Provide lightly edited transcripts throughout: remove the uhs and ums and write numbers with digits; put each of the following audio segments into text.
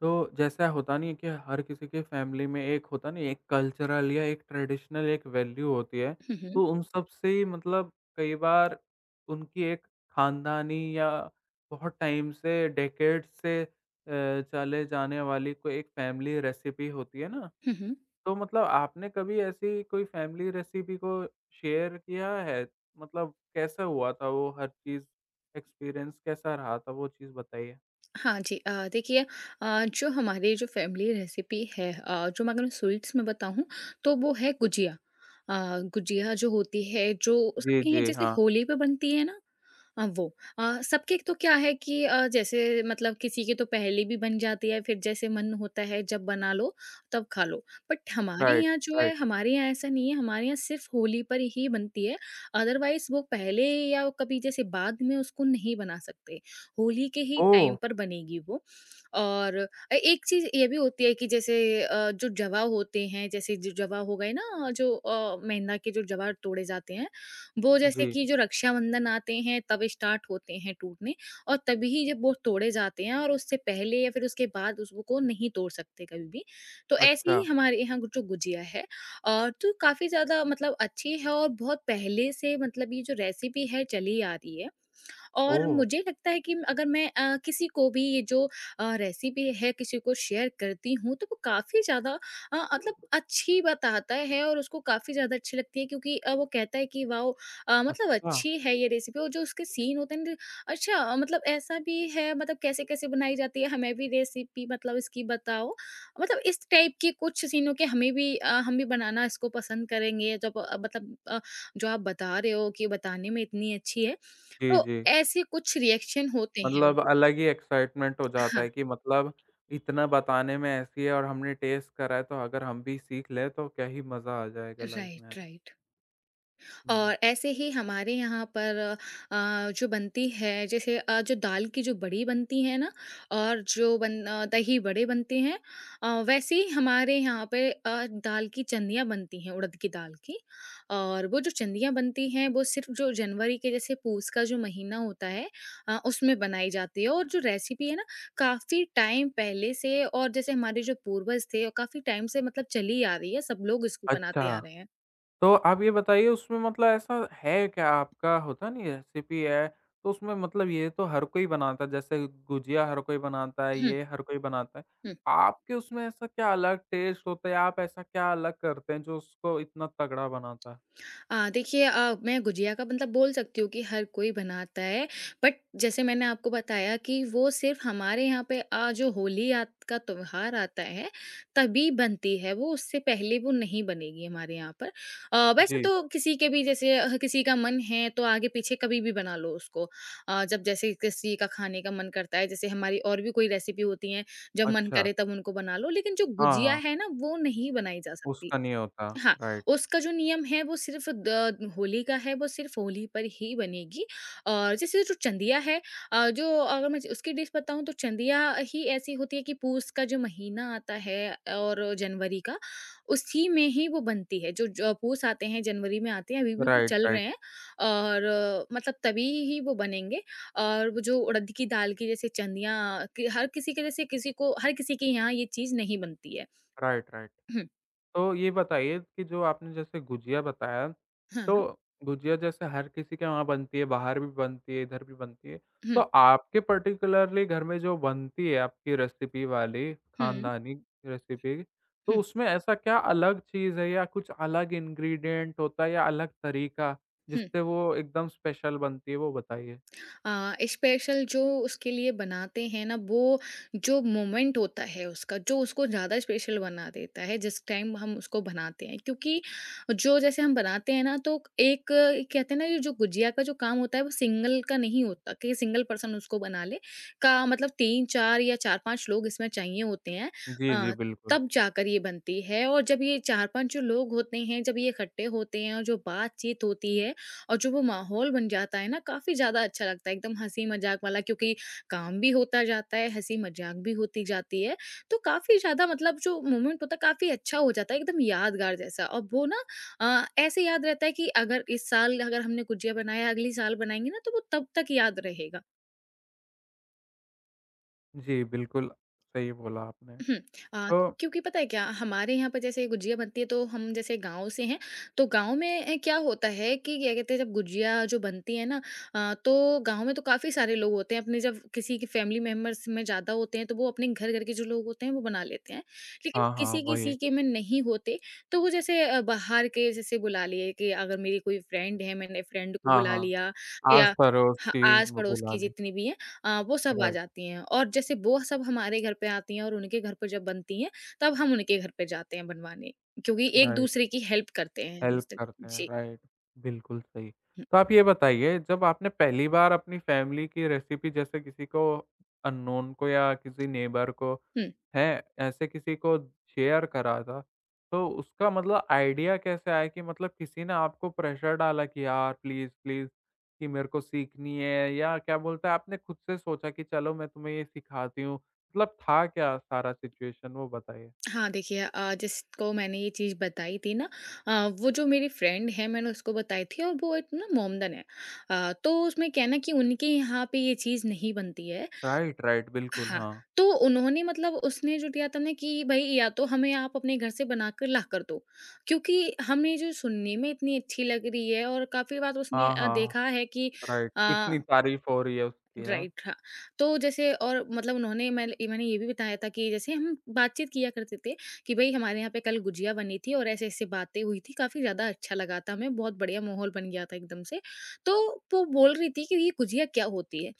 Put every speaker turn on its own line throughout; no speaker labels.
तो जैसा होता नहीं है कि हर किसी के फैमिली में एक होता नहीं एक कल्चरल या एक ट्रेडिशनल एक वैल्यू होती है।
हुँ, हुँ।
तो उन सब से ही मतलब कई बार उनकी एक खानदानी या बहुत टाइम से डेकेड से चले जाने वाली कोई एक फैमिली रेसिपी होती है ना।
हुँ, हुँ।
तो मतलब आपने कभी ऐसी कोई फैमिली रेसिपी को शेयर किया है, मतलब कैसा हुआ था वो, हर चीज़ एक्सपीरियंस कैसा रहा था, वो चीज़ बताइए।
हाँ जी। देखिए। जो हमारी जो फैमिली रेसिपी है, जो मैं अगर स्वीट्स में बताऊँ तो वो है गुजिया। गुजिया जो होती है, जो
जी
सबके यहाँ
जी
जैसे
हाँ।
होली पे बनती है ना, वो, सबके तो क्या है कि जैसे मतलब किसी की तो पहले भी बन जाती है, फिर जैसे मन होता है जब बना लो, तब खा लो। बट हमारे
राइट।
यहाँ जो है,
राइट।
हमारे यहाँ ऐसा नहीं है, हमारे यहाँ सिर्फ़ होली पर ही बनती है, अदरवाइज़ वो पहले या कभी जैसे बाद में उसको नहीं बना सकते। होली के ही
ओह!
टाइम पर बनेगी वो। और एक चीज़ ये भी होती है कि जैसे जो जवा होते हैं, जैसे जो जवा हो गए ना, जो मैदा के जो जवा तोड़े जाते हैं, वो जैसे
जी,
कि जो रक्षाबंधन आते हैं तब स्टार्ट होते हैं टूटने। और तभी जब वो तोड़े जाते हैं, और उससे पहले या फिर उसके बाद उसको नहीं तोड़ सकते कभी भी। तो ऐसे
अच्छा।
ही हमारे यहाँ जो गुजिया है, और तो काफ़ी ज़्यादा मतलब अच्छी है, और बहुत पहले से मतलब ये जो रेसिपी है चली आ रही है। और
ओह!
मुझे लगता है कि अगर मैं किसी को भी ये जो रेसिपी है किसी को शेयर करती हूँ, तो वो काफ़ी ज़्यादा मतलब अच्छी बताता है, और उसको काफ़ी ज़्यादा अच्छी लगती है, क्योंकि वो कहता है कि वाह मतलब
अच्छा।
अच्छी है ये रेसिपी, और जो उसके सीन होते हैं न, अच्छा, मतलब ऐसा भी है, मतलब कैसे कैसे बनाई जाती है, हमें भी रेसिपी मतलब इसकी बताओ, मतलब इस टाइप के कुछ सीनों के हमें भी, हम भी बनाना इसको पसंद करेंगे, जब मतलब जो आप बता रहे हो कि बताने में इतनी अच्छी है,
जी,
तो
जी।
ऐसे कुछ रिएक्शन होते हैं
मतलब
उनके।
अलग ही एक्साइटमेंट हो जाता
हाँ,
है कि मतलब इतना बताने में ऐसी है और हमने टेस्ट करा है, तो अगर हम भी सीख लें तो क्या ही मज़ा आ जाएगा लाइफ़ में।
Right, right.
हुँ।
और ऐसे ही हमारे यहाँ पर जो बनती है, जैसे जो दाल की जो बड़ी बनती है ना, और जो दही बड़े बनते हैं, वैसे ही हमारे यहाँ पे दाल की चंदियाँ बनती हैं, उड़द की दाल की। और वो जो चंदियाँ बनती हैं, वो सिर्फ जो जनवरी के जैसे पूस का जो महीना होता है, उसमें बनाई जाती है, और जो रेसिपी है ना, काफ़ी टाइम पहले से, और जैसे हमारे जो पूर्वज थे, और काफ़ी टाइम से मतलब चली आ रही है, सब लोग इसको बनाते आ
अच्छा।
रहे हैं।
तो आप ये बताइए उसमें मतलब ऐसा है क्या, आपका होता नहीं है रेसिपी है, तो उसमें मतलब ये तो हर कोई बनाता है, जैसे गुजिया हर कोई बनाता है, ये हर कोई बनाता है। आपके उसमें ऐसा क्या अलग टेस्ट होता है? आप ऐसा क्या अलग करते हैं जो उसको इतना तगड़ा बनाता है?
देखिए, मैं गुजिया का मतलब बोल सकती हूँ कि हर कोई बनाता है, बट जैसे मैंने आपको बताया कि वो सिर्फ़ हमारे यहाँ पे, जो होली आत का त्योहार आता है, तभी बनती है वो, उससे पहले वो नहीं बनेगी हमारे यहाँ पर। वैसे
जी,
तो किसी के भी, जैसे किसी का मन है तो आगे-पीछे कभी भी बना लो उसको। जब जैसे किसी का खाने का मन करता है, जैसे हमारी और भी कोई रेसिपी होती हैं, जब मन
अच्छा।
करे तब उनको बना लो, लेकिन जो
हाँ,
गुजिया
हाँ,
है ना, वो नहीं बनाई जा सकती।
उसका नहीं होता।
हाँ,
राइट,
उसका जो नियम है, वो सिर्फ़ द होली का है, वो सिर्फ़ होली पर ही बनेगी। और जैसे जो चंदिया है, जो अगर मैं उसकी डिश बताऊँ तो चंदिया ही ऐसी होती है कि पूस का जो महीना आता है, और जनवरी का, उसी में ही वो बनती है। जो जो पूस आते हैं, जनवरी में आते हैं, अभी भी वो
राइट,
चल
राइट,
रहे हैं, और मतलब तभी ही वो बनेंगे, और वो जो उड़द की दाल की जैसे चंदिया, कि हर किसी के, जैसे किसी को, हर किसी के यहाँ ये चीज़ नहीं बनती है।
Right, right.
हुँ,
तो ये बताइए कि जो आपने जैसे गुजिया बताया,
हाँ, हाँ।
तो गुजिया जैसे हर किसी के वहाँ बनती है, बाहर भी बनती है, इधर भी बनती है। तो
हुँ,
आपके पर्टिकुलरली घर में जो बनती है आपकी रेसिपी वाली,
हुँ,
खानदानी रेसिपी, तो
हुँ।
उसमें ऐसा क्या अलग चीज़ है या कुछ अलग इंग्रीडिएंट होता है या अलग तरीका,
हुँ।
जिससे वो एकदम स्पेशल बनती है, वो बताइए?
स्पेशल जो उसके लिए बनाते हैं ना, वो जो मोमेंट होता है उसका, जो उसको ज़्यादा स्पेशल बना देता है, जिस टाइम हम उसको बनाते हैं। क्योंकि जो जैसे हम बनाते हैं ना, तो एक, कहते हैं ना, ये जो गुजिया का जो काम होता है, वो सिंगल का नहीं होता कि सिंगल पर्सन उसको बना ले। का मतलब 3-4 या 4-5 लोग इसमें चाहिए होते हैं।
जी, जी,
अ,
बिल्कुल।
तब जाकर ये बनती है, और जब ये 4-5 जो लोग होते हैं, जब ये इकट्ठे होते हैं और जो बातचीत होती है, और जो वो माहौल बन जाता है ना, काफ़ी ज़्यादा अच्छा लगता है, एकदम हँसी मज़ाक वाला, क्योंकि काम भी होता जाता है, हँसी मज़ाक भी होती जाती है। तो काफ़ी ज़्यादा मतलब जो मोमेंट होता है काफ़ी अच्छा हो जाता है, एकदम यादगार जैसा। और वो ना, ऐसे याद रहता है कि अगर इस साल अगर हमने गुजिया बनाया, अगली साल बनाएँगे ना, तो वो तब तक याद रहेगा।
जी, बिल्कुल सही बोला आपने।
हुँ। अ,
तो
क्योंकि पता है क्या, हमारे यहाँ पर जैसे गुजिया बनती है तो हम जैसे गाँव से हैं, तो गाँव में क्या होता है, कि क्या कहते हैं, जब गुजिया जो बनती है ना, तो गाँव में तो काफ़ी सारे लोग होते हैं, अपने जब किसी के फैमिली मेंबर्स में ज़्यादा होते हैं तो वो अपने घर-घर के जो लोग होते हैं वो बना लेते हैं। लेकिन
हाँ, हाँ, वही।
किसी-किसी के में नहीं होते, तो वो जैसे बाहर के जैसे बुला लिए, कि अगर मेरी कोई फ्रेंड है, मैंने फ्रेंड को
हाँ,
बुला
हाँ,
लिया, या, हाँ,
आस-पड़ोसी ब
आस-पड़ोस
बुला
की
ले।
जितनी भी हैं, वो सब आ
राइट,
जाती हैं, और जैसे वो सब हमारे घर पे आती हैं, और उनके घर पे जब बनती हैं तब हम उनके घर पे जाते हैं बनवाने, क्योंकि एक
राइट,
दूसरे की हेल्प करते हैं हम,
हेल्प
इस तरह
करते हैं,
जी।
राइट, बिल्कुल सही।
हम्म।
तो आप ये बताइए जब आपने पहली बार अपनी फैमिली की रेसिपी जैसे किसी को अननोन को या किसी नेबर को,
हम्म,
हैं, ऐसे किसी को शेयर करा था, तो उसका मतलब आइडिया कैसे आया, कि मतलब किसी ने आपको प्रेशर डाला कि यार प्लीज़, प्लीज़ कि मेरे को सीखनी है, या क्या बोलते हैं आपने खुद से सोचा कि चलो मैं तुम्हें ये सिखाती हूँ, मतलब था क्या सारा सिचुएशन, वो बताइए?
हाँ, देखिए, जिसको मैंने ये चीज़ बताई थी ना, वो जो मेरी फ्रेंड है, मैंने उसको बताई थी, और वो एक ना मोमदन है, तो उसमें कहना कि उनके यहाँ पे ये चीज़ नहीं बनती है।
राइट, राइट, बिल्कुल,
हाँ,
हाँ।
तो उन्होंने मतलब उसने जो दिया था ना, कि भई या तो हमें आप अपने घर से बनाकर लाकर दो, क्योंकि हमें जो सुनने में इतनी अच्छी लग रही है, और काफ़ी बार उसने
हाँ, हाँ।
देखा है कि
राइट,
अ
इतनी तारीफ़ हो रही है उसकी है।
राइट, हाँ। तो जैसे और मतलब उन्होंने मैंने ये भी बताया था कि जैसे हम बातचीत किया करते थे, कि भाई हमारे यहाँ पे कल गुजिया बनी थी, और ऐसे ऐसे बातें हुई थी, काफी ज्यादा अच्छा लगा था हमें, बहुत बढ़िया माहौल बन गया था एकदम से। तो वो बोल रही थी कि ये गुजिया क्या होती है।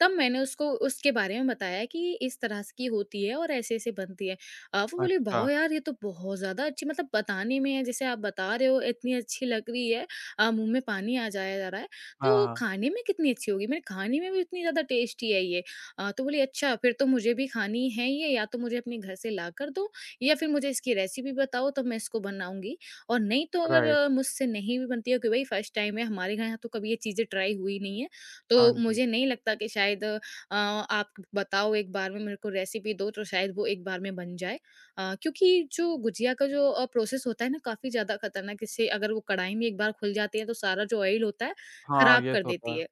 तब मैंने उसको उसके बारे में बताया कि इस तरह से की होती है, और ऐसे ऐसे बनती है। वो बोली,
अच्छा,
वाह यार, ये तो बहुत ज्यादा अच्छी मतलब बताने में है, जैसे आप बता रहे हो इतनी अच्छी लग रही है। मुंह में पानी आ जाया जा रहा है, तो
हाँ,
खाने में कितनी अच्छी होगी? मैंने खाने में भी इतनी ज़्यादा टेस्टी है ये। तो बोली अच्छा, फिर तो मुझे भी खानी है ये, या तो मुझे अपने घर से लाकर दो, या फिर मुझे इसकी रेसिपी बताओ, तब मैं इसको बनाऊँगी, और नहीं तो अगर
राइट,
मुझसे नहीं भी बनती है, क्योंकि भाई फर्स्ट टाइम है, हमारे घर यहाँ तो कभी ये चीज़ें ट्राई हुई नहीं है।
हाँ
तो
जी।
मुझे नहीं लगता कि शायद, आप बताओ, एक बार में मेरे को रेसिपी दो, तो शायद वो एक बार में बन जाए। क्योंकि जो गुजिया का जो प्रोसेस होता है ना, काफ़ी ज़्यादा खतरनाक, इससे अगर वो कढ़ाई में एक बार खुल जाती है तो सारा जो ऑयल होता है
हाँ,
खराब
ये
कर
तो होता
देती
है।
है।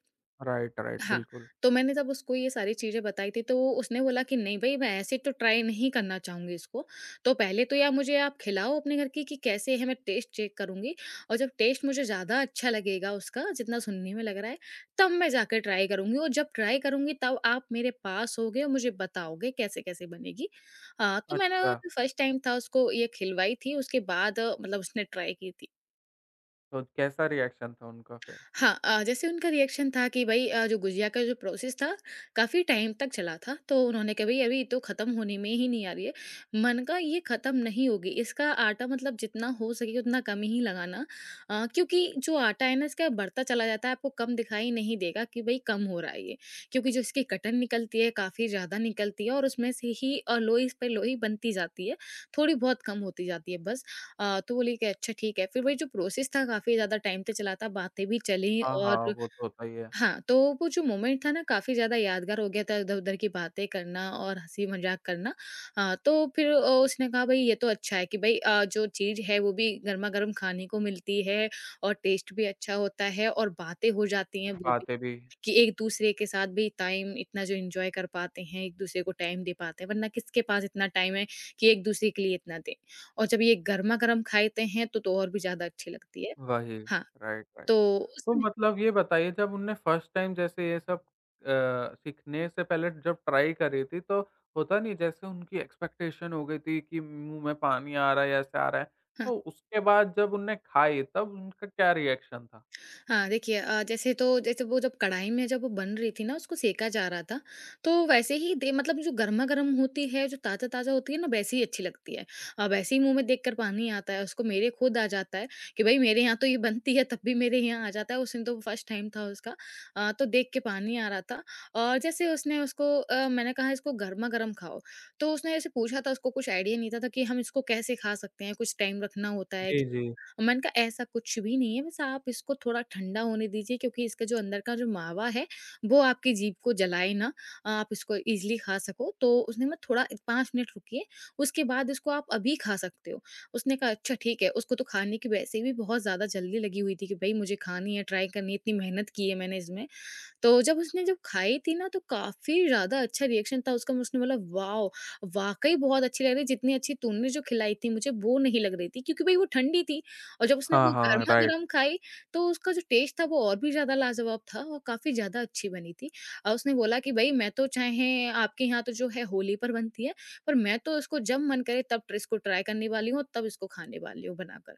राइट, राइट,
हाँ,
बिल्कुल।
तो मैंने जब उसको ये सारी चीज़ें बताई थी, तो उसने बोला कि नहीं भई, मैं ऐसे तो ट्राई नहीं करना चाहूँगी इसको। तो पहले तो या मुझे आप खिलाओ अपने घर की, कि कैसे है, मैं टेस्ट चेक करूँगी, और जब टेस्ट मुझे ज़्यादा अच्छा लगेगा उसका, जितना सुनने में लग रहा है, तब मैं जाकर ट्राई करूँगी, और जब ट्राई करूँगी तब आप मेरे पास होगे और मुझे बताओगे कैसे-कैसे बनेगी। तो
अच्छा,
मैंने, फर्स्ट टाइम था उसको ये खिलवाई थी, उसके बाद मतलब उसने ट्राई की थी।
तो कैसा रिएक्शन था उनका फिर?
हाँ, जैसे उनका रिएक्शन था कि भई, जो गुजिया का जो प्रोसेस था, काफ़ी टाइम तक चला था। तो उन्होंने कहा, भई अभी तो ख़त्म होने में ही नहीं आ रही है। मैंने कहा, ये ख़त्म नहीं होगी, इसका आटा मतलब जितना हो सके उतना कम ही लगाना। क्योंकि जो आटा है ना इसका बढ़ता चला जाता है, आपको कम दिखाई नहीं देगा कि भई कम हो रहा है ये। क्योंकि जो इसकी कटन निकलती है, काफ़ी ज़्यादा निकलती है, और उसमें से ही लोई पे लोई बनती जाती है, थोड़ी बहुत कम होती जाती है बस। तो बोली कि अच्छा ठीक है, फिर वही जो प्रोसेस था काफ़ी ज़्यादा टाइम तक चला था, बातें भी चलीं,
हाँ, हाँ,
और
वो तो होता ही है।
हाँ, तो वो जो मोमेंट था ना, काफ़ी ज़्यादा यादगार हो गया था, इधर-उधर की बातें करना और हँसी-मज़ाक करना। तो फिर उसने कहा, भई ये तो अच्छा है कि भई, जो चीज़ है वो भी गरमा-गरम खाने को मिलती है और टेस्ट भी अच्छा होता है और बातें हो जाती हैं वो भी।
बातें भी
कि एक दूसरे के साथ भी टाइम इतना जो एन्जॉय कर पाते हैं, एक दूसरे को टाइम दे पाते हैं, वरना किसके पास इतना टाइम है कि एक दूसरे के लिए इतना दें। और जब ये गरमा-गरम खाते हैं तो और भी ज़्यादा अच्छी लगती है।
वही,
हाँ,
राइट, राइट।
तो
तो
उसमें
मतलब ये बताइए जब उनने फर्स्ट टाइम जैसे ये सब सीखने से पहले जब ट्राई करी थी, तो होता नहीं जैसे उनकी एक्सपेक्टेशन हो गई थी कि मुँह में पानी आ रहा है, ऐसे आ रहा है।
हाँ।
तो उसके बाद जब उनने खाई तब उनका क्या रिएक्शन था?
हाँ, देखिए जैसे तो जैसे वो जब कढ़ाई में जब वो बन रही थी ना, उसको सेंका जा रहा था, तो वैसे ही दे मतलब जो गरमा-गरम होती है, जो ताज़ा-ताज़ा होती है ना, वैसे ही अच्छी लगती है। वैसे ही मुँह में देखकर पानी आता है, उसको मेरे खुद आ जाता है कि भई मेरे यहाँ तो ये बनती है, तब भी मेरे यहाँ आ जाता है। उस दिन तो फर्स्ट टाइम था उसका। तो देख के पानी आ रहा था। और जैसे उसने उसको मैंने कहा इसको गरमा-गरम खाओ, तो उसने ऐसे पूछा था, उसको कुछ आइडिया नहीं था कि हम इसको कैसे खा सकते हैं, कुछ टाइम रखना होता है।
जी, जी।
मैंने कहा ऐसा कुछ भी नहीं है बस आप इसको थोड़ा ठंडा होने दीजिए क्योंकि इसका जो अंदर का जो मावा है वो आपकी जीभ को जलाए ना, आप इसको इजीली खा सको। तो उसने मैं थोड़ा 5 मिनट रुकिए, उसके बाद इसको आप अभी खा सकते हो। उसने कहा अच्छा ठीक है, उसको तो खाने की वैसे भी बहुत ज़्यादा जल्दी लगी हुई थी कि भाई मुझे खानी है, ट्राई करनी है, इतनी मेहनत की है मैंने इसमें। तो जब उसने जब खाई थी ना तो काफ़ी ज़्यादा अच्छा रिएक्शन था उसका। उसने बोला वाओ! वाक़ई बहुत अच्छी लग रही है, जितनी अच्छी तूने जो खिलाई थी मुझे वो नहीं लग रही थी क्योंकि भई वो ठंडी थी, और जब उसने
हाँ,
वो
हाँ, राइट।
गरमा-गरम खाई तो उसका जो टेस्ट था वो और भी ज़्यादा लाजवाब था और काफ़ी ज़्यादा अच्छी बनी थी। उसने बोला कि भई मैं तो चाहे आपके यहाँ तो जो है होली पर बनती है, पर मैं तो इसको जब मन करे तब इसको ट्राई करने वाली हूँ और तब इसको खाने वाली हूँ बनाकर।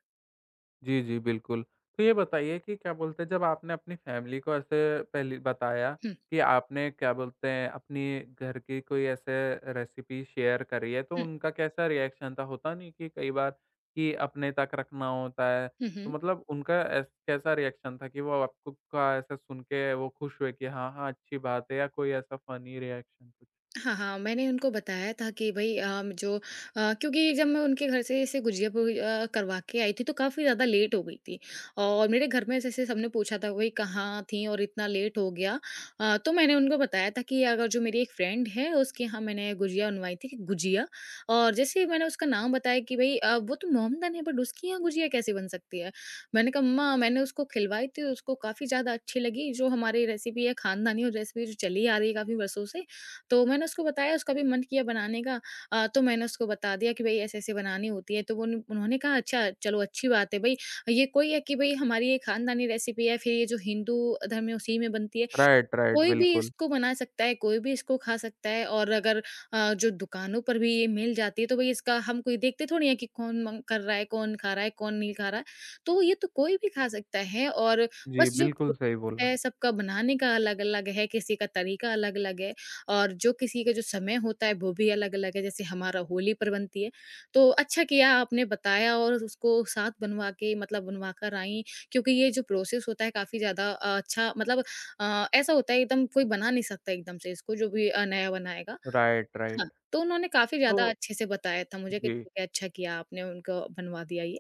जी, जी, बिल्कुल। तो ये बताइए कि क्या बोलते हैं, जब आपने अपनी फैमिली को ऐसे पहली बताया
हुँ,
कि आपने क्या बोलते हैं, अपनी घर की कोई ऐसे रेसिपी शेयर करी है, तो
हुँ।
उनका कैसा रिएक्शन था? होता नहीं कि कई बार कि अपने तक रखना होता है,
हुँ,
तो
हुँ।
मतलब उनका ऐस कैसा रिएक्शन था कि वो आपको का ऐसा सुन के वो खुश हुए कि हाँ, हाँ, अच्छी बात है, या कोई ऐसा फ़नी रिएक्शन कुछ?
हाँ, हाँ, मैंने उनको बताया था कि भई जो क्योंकि जब मैं उनके घर से ऐसे गुजिया पूरी करवा के आई थी तो काफ़ी ज़्यादा लेट हो गई थी और मेरे घर में जैसे सबने पूछा था भई कहाँ थी और इतना लेट हो गया? तो मैंने उनको बताया था कि अगर जो मेरी एक फ्रेंड है उसके यहाँ मैंने गुजिया बनवाई थी, कि गुजिया और जैसे ही मैंने उसका नाम बताया कि भई वो तो मोमडन है बट उसके यहाँ गुजिया कैसे बन सकती है? मैंने कहा मम्मा मैंने उसको खिलवाई थी, उसको काफ़ी ज़्यादा अच्छी लगी जो हमारी रेसिपी है खानदानी, और रेसिपी जो चली आ रही है काफ़ी वर्षों से, तो मैंने उसको बताया उसका भी मन किया बनाने का। तो मैंने उसको बता दिया कि भई ऐसे-ऐसे बनानी होती है, तो वो उन उन्होंने कहा अच्छा चलो अच्छी बात है भई, ये कोई है कि भई हमारी ये खानदानी रेसिपी है, फिर ये जो हिंदू धर्म में उसी में बनती है,
राइट, राइट,
कोई भी
बिल्कुल।
इसको बना सकता है, कोई भी इसको खा सकता है, और अगर जो दुकानों पर भी ये मिल जाती है तो भई इसका हम कोई देखते थोड़ी हैं कि कौन मंग कर रहा है, कौन खा रहा है, कौन नहीं खा रहा है। तो ये तो कोई भी खा सकता है, और
जी,
बस जो
बिल्कुल
प्रोसेस
सही बोला।
है सबका बनाने का अलग-अलग है, किसी का तरीका अलग-अलग है, और जो किसी का जो समय होता है वो भी अलग-अलग है, जैसे हमारा होली पर बनती है। तो अच्छा किया आपने बताया और उसको साथ बनवा के मतलब बनवा कर आई, क्योंकि ये जो प्रोसेस होता है काफ़ी ज़्यादा अच्छा मतलब ऐसा होता है एकदम, कोई बना नहीं सकता एकदम से इसको जो भी नया बनाएगा।
Right, right.
हाँ, तो उन्होंने काफ़ी
तो
ज़्यादा अच्छे से बताया था मुझे कि
जी।
ठीक है अच्छा किया आपने उनको बनवा दिया ये।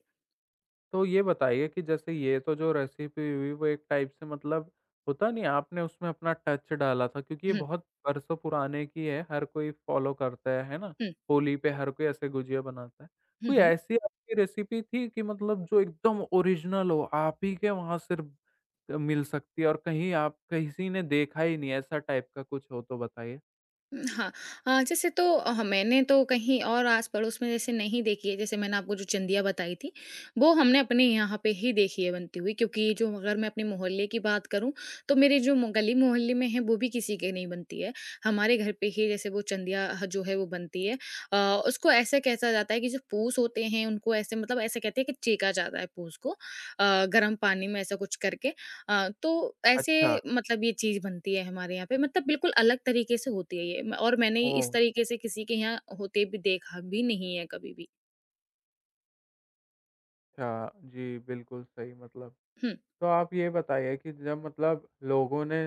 तो ये बताइए कि जैसे ये तो जो रेसिपी हुई वो एक टाइप से मतलब होता नहीं आपने उसमें अपना टच डाला था, क्योंकि ये
हुँ,
बहुत बरसों पुराने की है, हर कोई फॉलो करता है ना?
हुँ।
होली पे हर कोई ऐसे गुजिया बनाता है।
हुँ,
कोई
हुँ।
ऐसी आपकी रेसिपी थी कि मतलब जो एकदम ओरिजिनल हो, आप ही के वहाँ सिर्फ मिल सकती है और कहीं आप किसी ने देखा ही नहीं ऐसा टाइप का कुछ हो तो बताइए?
हाँ, जैसे तो हाँ, मैंने तो कहीं और आस-पड़ोस में जैसे नहीं देखी है, जैसे मैंने आपको जो चिंदिया बताई थी, वो हमने अपने यहाँ पे ही देखी है बनती हुई, क्योंकि जो अगर मैं अपने मोहल्ले की बात करूँ, तो मेरे जो मो गली मोहल्ले में है, वो भी किसी के नहीं बनती है। हमारे घर पे ही जैसे वो चिंदिया ह जो है वो बनती है। उसको ऐसे कहता जाता है कि जो पूस होते हैं, उनको ऐसे मतलब ऐसे कहते हैं कि चेका जाता है पूस को, गरम पानी में ऐसा कुछ करके। तो ऐसे
अच्छा,
मतलब ये चीज़ बनती है हमारे यहाँ पे, मतलब बिल्कुल अलग तरीके से होती है ये म और मैंने
ओह!
इस तरीके से किसी के यहाँ होते भी देखा भी नहीं है कभी भी।
अच्छा, जी, बिल्कुल सही मतलब
हुँ,
तो आप ये बताइए कि जब मतलब लोगों ने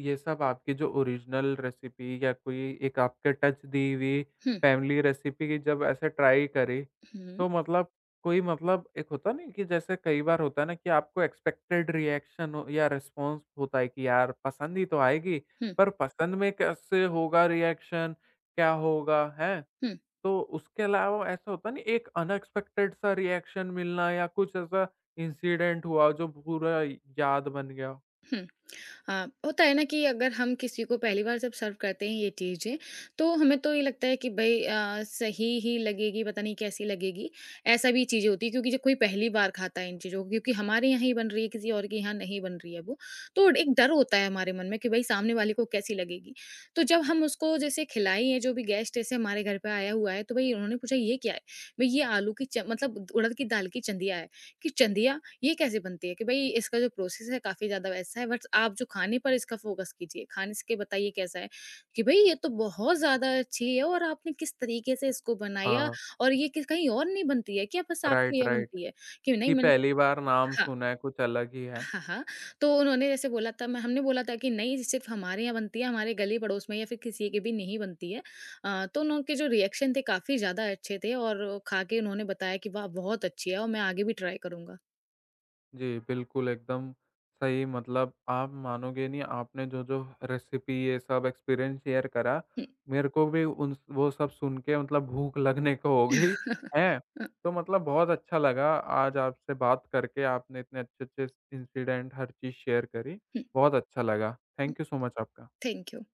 ये सब आपकी जो ओरिजिनल रेसिपी या कोई एक आपके टच दी हुई
हुँ,
फैमिली रेसिपी की जब ऐसे ट्राई करी,
हुँ,
तो मतलब कोई मतलब एक होता नहीं कि जैसे कई बार होता है ना कि आपको एक्सपेक्टेड रिएक्शन हो या रिस्पॉन्स होता है कि यार पसंद ही तो आएगी,
हुँ,
पर पसंद में कैसे होगा रिएक्शन, क्या होगा है,
हुँ।
तो उसके अलावा ऐसा होता नहीं एक अनएक्सपेक्टेड सा रिएक्शन मिलना या कुछ ऐसा इंसिडेंट हुआ जो पूरा याद बन गया हो?
हुँ। अ, होता है ना कि अगर हम किसी को पहली बार जब सर्व करते हैं ये चीज़ें, तो हमें तो ये लगता है कि भई सही ही लगेगी, पता नहीं कैसी लगेगी। ऐसा भी चीज़ें होती हैं क्योंकि जब कोई पहली बार खाता है इन चीज़ों को, क्योंकि हमारे यहाँ ही बन रही है, किसी और के यहाँ नहीं बन रही है वो, तो एक डर होता है हमारे मन में कि भई सामने वाले को कैसी लगेगी। तो जब हम उसको जैसे खिलाई है, जो भी गेस्ट जैसे हमारे घर पे आया हुआ है, तो भई उन्होंने पूछा, "ये क्या है?" भई ये आलू की च मतलब उड़द की दाल की चंदिया है, कि चंदिया ये कैसे बनती है, कि भई इसका जो प्रोसेस है काफ़ी ज़्यादा वैसा है बट आप जो खाने पर इसका फ़ोकस कीजिए, खाने से के बताइए कैसा है। कि भई ये तो बहुत ज़्यादा अच्छी है, और आपने किस तरीके से इसको बनाया
हाँ,
और ये कि कहीं और नहीं बनती है क्या? बस आपके
राइट,
यहाँ
राइट,
बनती है? कि नहीं
कि
मैंने,
पहली बार नाम
हाँ।
सुना है, कुछ अलग ही है।
हाँ, हाँ। तो उन्होंने जैसे बोला था मैं हमने बोला था कि नहीं सिर्फ़ हमारे यहाँ बनती है, हमारे गली-पड़ोस में या फिर किसी के भी नहीं बनती है। तो उनके जो रिएक्शन थे काफ़ी ज़्यादा अच्छे थे और खा के उन्होंने बताया कि वाह! बहुत अच्छी है और मैं आगे भी ट्राई करूँगा।
जी, बिल्कुल, एकदम सही मतलब आप मानोगे नहीं, आपने जो-जो रेसिपी ये सब एक्सपीरियंस शेयर करा,
हुँ।
मेरे को भी उन वो सब सुन के मतलब भूख लगने को हो गई है।
अ,
तो मतलब बहुत अच्छा लगा आज आपसे बात करके, आपने इतने अच्छे-अच्छे इंसिडेंट हर चीज़ शेयर करी।
हुँ।
बहुत अच्छा लगा। थैंक यू सो मच आपका।
Thank you.